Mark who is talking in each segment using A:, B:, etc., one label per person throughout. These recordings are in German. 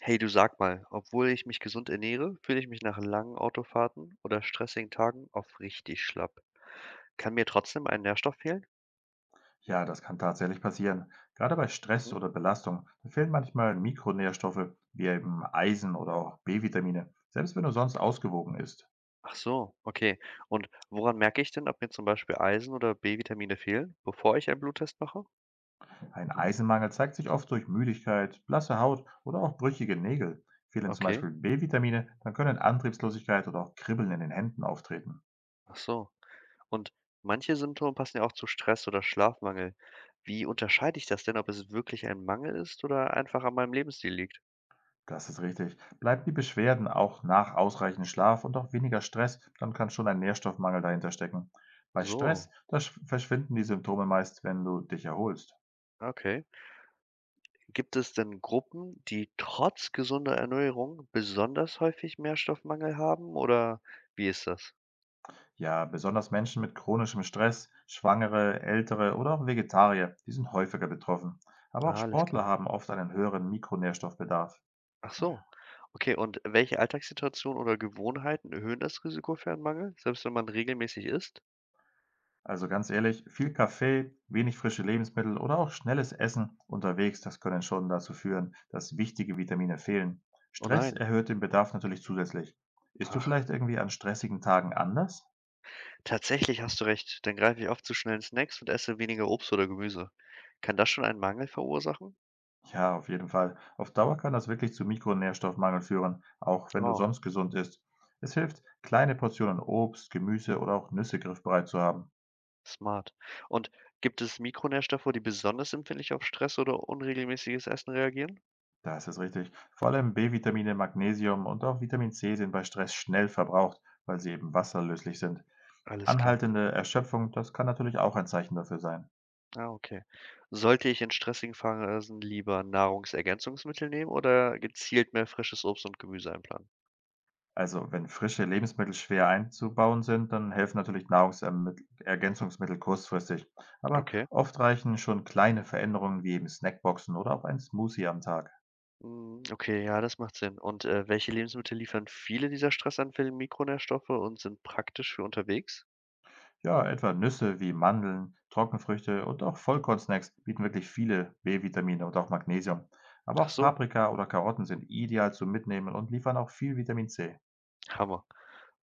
A: Hey, du sag mal, obwohl ich mich gesund ernähre, fühle ich mich nach langen Autofahrten oder stressigen Tagen oft richtig schlapp. Kann mir trotzdem ein Nährstoff fehlen?
B: Ja, das kann tatsächlich passieren. Gerade bei Stress
A: Mhm.
B: oder Belastung da fehlen manchmal Mikronährstoffe wie eben Eisen oder auch B-Vitamine, selbst wenn du sonst ausgewogen ist.
A: Ach so, okay. Und woran merke ich denn, ob mir zum Beispiel Eisen oder B-Vitamine fehlen, bevor ich einen Bluttest mache?
B: Ein Eisenmangel zeigt sich oft durch Müdigkeit, blasse Haut oder auch brüchige Nägel. Fehlen zum
A: Okay,
B: Beispiel B-Vitamine, dann können Antriebslosigkeit oder auch Kribbeln in den Händen auftreten.
A: ach so. Und manche Symptome passen ja auch zu Stress oder Schlafmangel. Wie unterscheide ich das denn, ob es wirklich ein Mangel ist oder einfach an meinem Lebensstil liegt?
B: Das ist richtig. Bleiben die Beschwerden auch nach ausreichend Schlaf und auch weniger Stress, dann kann schon ein Nährstoffmangel dahinter stecken. Bei Stress,
A: So,
B: da verschwinden die Symptome meist, wenn du dich erholst.
A: okay. Gibt es denn Gruppen, die trotz gesunder Ernährung besonders häufig Nährstoffmangel haben oder wie ist das?
B: Ja, besonders Menschen mit chronischem Stress, Schwangere, Ältere oder auch Vegetarier, die sind häufiger betroffen. Aber auch
A: Ah, alles
B: Sportler
A: klar.
B: haben oft einen höheren Mikronährstoffbedarf.
A: Ach so. Okay, und welche Alltagssituationen oder Gewohnheiten erhöhen das Risiko für einen Mangel, selbst wenn man regelmäßig isst?
B: Also ganz ehrlich, viel Kaffee, wenig frische Lebensmittel oder auch schnelles Essen unterwegs, das können schon dazu führen, dass wichtige Vitamine fehlen.
A: Oh
B: Stress
A: nein.
B: erhöht den Bedarf natürlich zusätzlich. Ist du
A: Ach,
B: vielleicht irgendwie an stressigen Tagen anders?
A: tatsächlich hast du recht. Dann greife ich oft zu schnellen Snacks und esse weniger Obst oder Gemüse. Kann das schon einen Mangel verursachen?
B: Ja, auf jeden Fall. Auf Dauer kann das wirklich zu Mikronährstoffmangel führen, auch wenn du
A: Oh,
B: sonst gesund isst. Es hilft, kleine Portionen Obst, Gemüse oder auch Nüsse griffbereit zu haben.
A: smart. Und gibt es Mikronährstoffe, die besonders empfindlich auf Stress oder unregelmäßiges Essen reagieren?
B: Das ist es richtig. Vor allem B-Vitamine, Magnesium und auch Vitamin C sind bei Stress schnell verbraucht, weil sie eben wasserlöslich sind.
A: Alles klar.
B: Anhaltende Erschöpfung, das kann natürlich auch ein Zeichen dafür sein.
A: Ah, okay. Sollte ich in stressigen Phasen lieber Nahrungsergänzungsmittel nehmen oder gezielt mehr frisches Obst und Gemüse einplanen?
B: Also, wenn frische Lebensmittel schwer einzubauen sind, dann helfen natürlich Nahrungsergänzungsmittel kurzfristig. Aber
A: Okay.
B: oft reichen schon kleine Veränderungen wie eben Snackboxen oder auch ein Smoothie am Tag.
A: Mm, okay, ja, das macht Sinn. Und welche Lebensmittel liefern viele dieser stressanfälligen Mikronährstoffe und sind praktisch für unterwegs?
B: Ja, etwa Nüsse wie Mandeln, Trockenfrüchte und auch Vollkornsnacks bieten wirklich viele B-Vitamine und auch Magnesium. Aber
A: Ach
B: auch
A: so,
B: Paprika oder Karotten sind ideal zum Mitnehmen und liefern auch viel Vitamin C.
A: Hammer.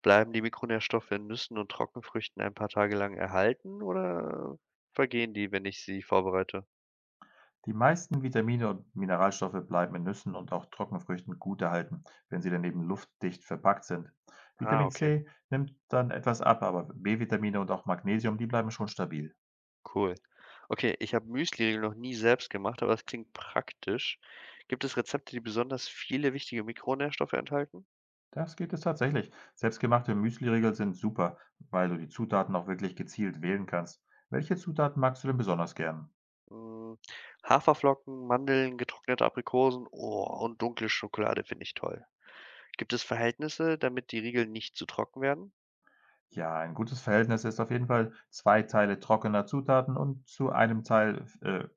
A: Bleiben die Mikronährstoffe in Nüssen und Trockenfrüchten ein paar Tage lang erhalten oder vergehen die, wenn ich sie vorbereite?
B: Die meisten Vitamine und Mineralstoffe bleiben in Nüssen und auch Trockenfrüchten gut erhalten, wenn sie daneben luftdicht verpackt sind.
A: Ah,
B: Vitamin
A: okay.
B: C nimmt dann etwas ab, aber B-Vitamine und auch Magnesium, die bleiben schon stabil.
A: Cool. Okay, ich habe Müsliriegel noch nie selbst gemacht, aber das klingt praktisch. Gibt es Rezepte, die besonders viele wichtige Mikronährstoffe enthalten?
B: Das geht es tatsächlich. Selbstgemachte Müsliriegel sind super, weil du die Zutaten auch wirklich gezielt wählen kannst. Welche Zutaten magst du denn besonders gern?
A: Hm, Haferflocken, Mandeln, getrocknete Aprikosen, oh, und dunkle Schokolade finde ich toll. Gibt es Verhältnisse, damit die Riegel nicht zu trocken werden?
B: Ja, ein gutes Verhältnis ist auf jeden Fall zwei Teile trockener Zutaten und zu einem Teil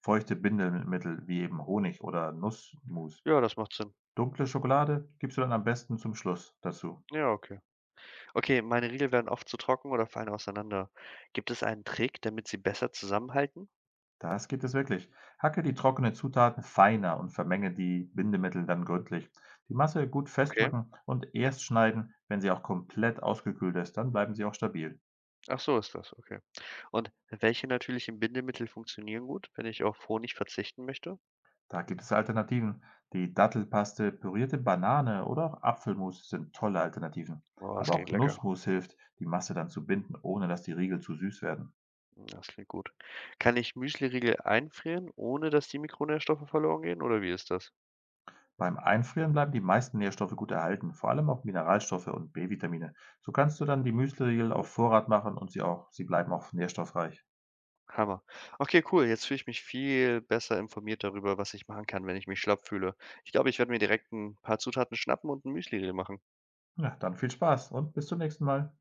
B: feuchte Bindemittel wie eben Honig oder Nussmus.
A: Ja, das macht Sinn.
B: Dunkle Schokolade gibst du dann am besten zum Schluss dazu.
A: Ja, okay. Okay, meine Riegel werden oft zu trocken oder fallen auseinander. Gibt es einen Trick, damit sie besser zusammenhalten?
B: Das gibt es wirklich. Hacke die trockenen Zutaten feiner und vermenge die Bindemittel dann gründlich. Die Masse gut
A: Okay.
B: festdrücken und erst schneiden, wenn sie auch komplett ausgekühlt ist, dann bleiben sie auch stabil.
A: Ach so ist das. Okay. Und welche natürlichen Bindemittel funktionieren gut, wenn ich auf Honig verzichten möchte?
B: Da gibt es Alternativen. Die Dattelpaste, pürierte Banane oder auch Apfelmus sind tolle Alternativen.
A: Oh, das
B: Aber
A: klingt
B: auch
A: lecker.
B: Nussmus hilft, die Masse dann zu binden, ohne dass die Riegel zu süß werden.
A: Mm, das klingt gut. Kann ich Müsliriegel einfrieren, ohne dass die Mikronährstoffe verloren gehen, oder wie ist das?
B: Beim Einfrieren bleiben die meisten Nährstoffe gut erhalten, vor allem auch Mineralstoffe und B-Vitamine. So kannst du dann die müsli
A: Mhm.
B: auf Vorrat machen und sie bleiben auch nährstoffreich.
A: Hammer. Okay, cool. Jetzt fühle ich mich viel besser informiert darüber, was ich machen kann, wenn ich mich schlapp fühle. Ich glaube, ich werde mir direkt ein paar Zutaten schnappen und ein Müsliriegel machen.
B: Ja, dann viel Spaß und bis zum nächsten Mal.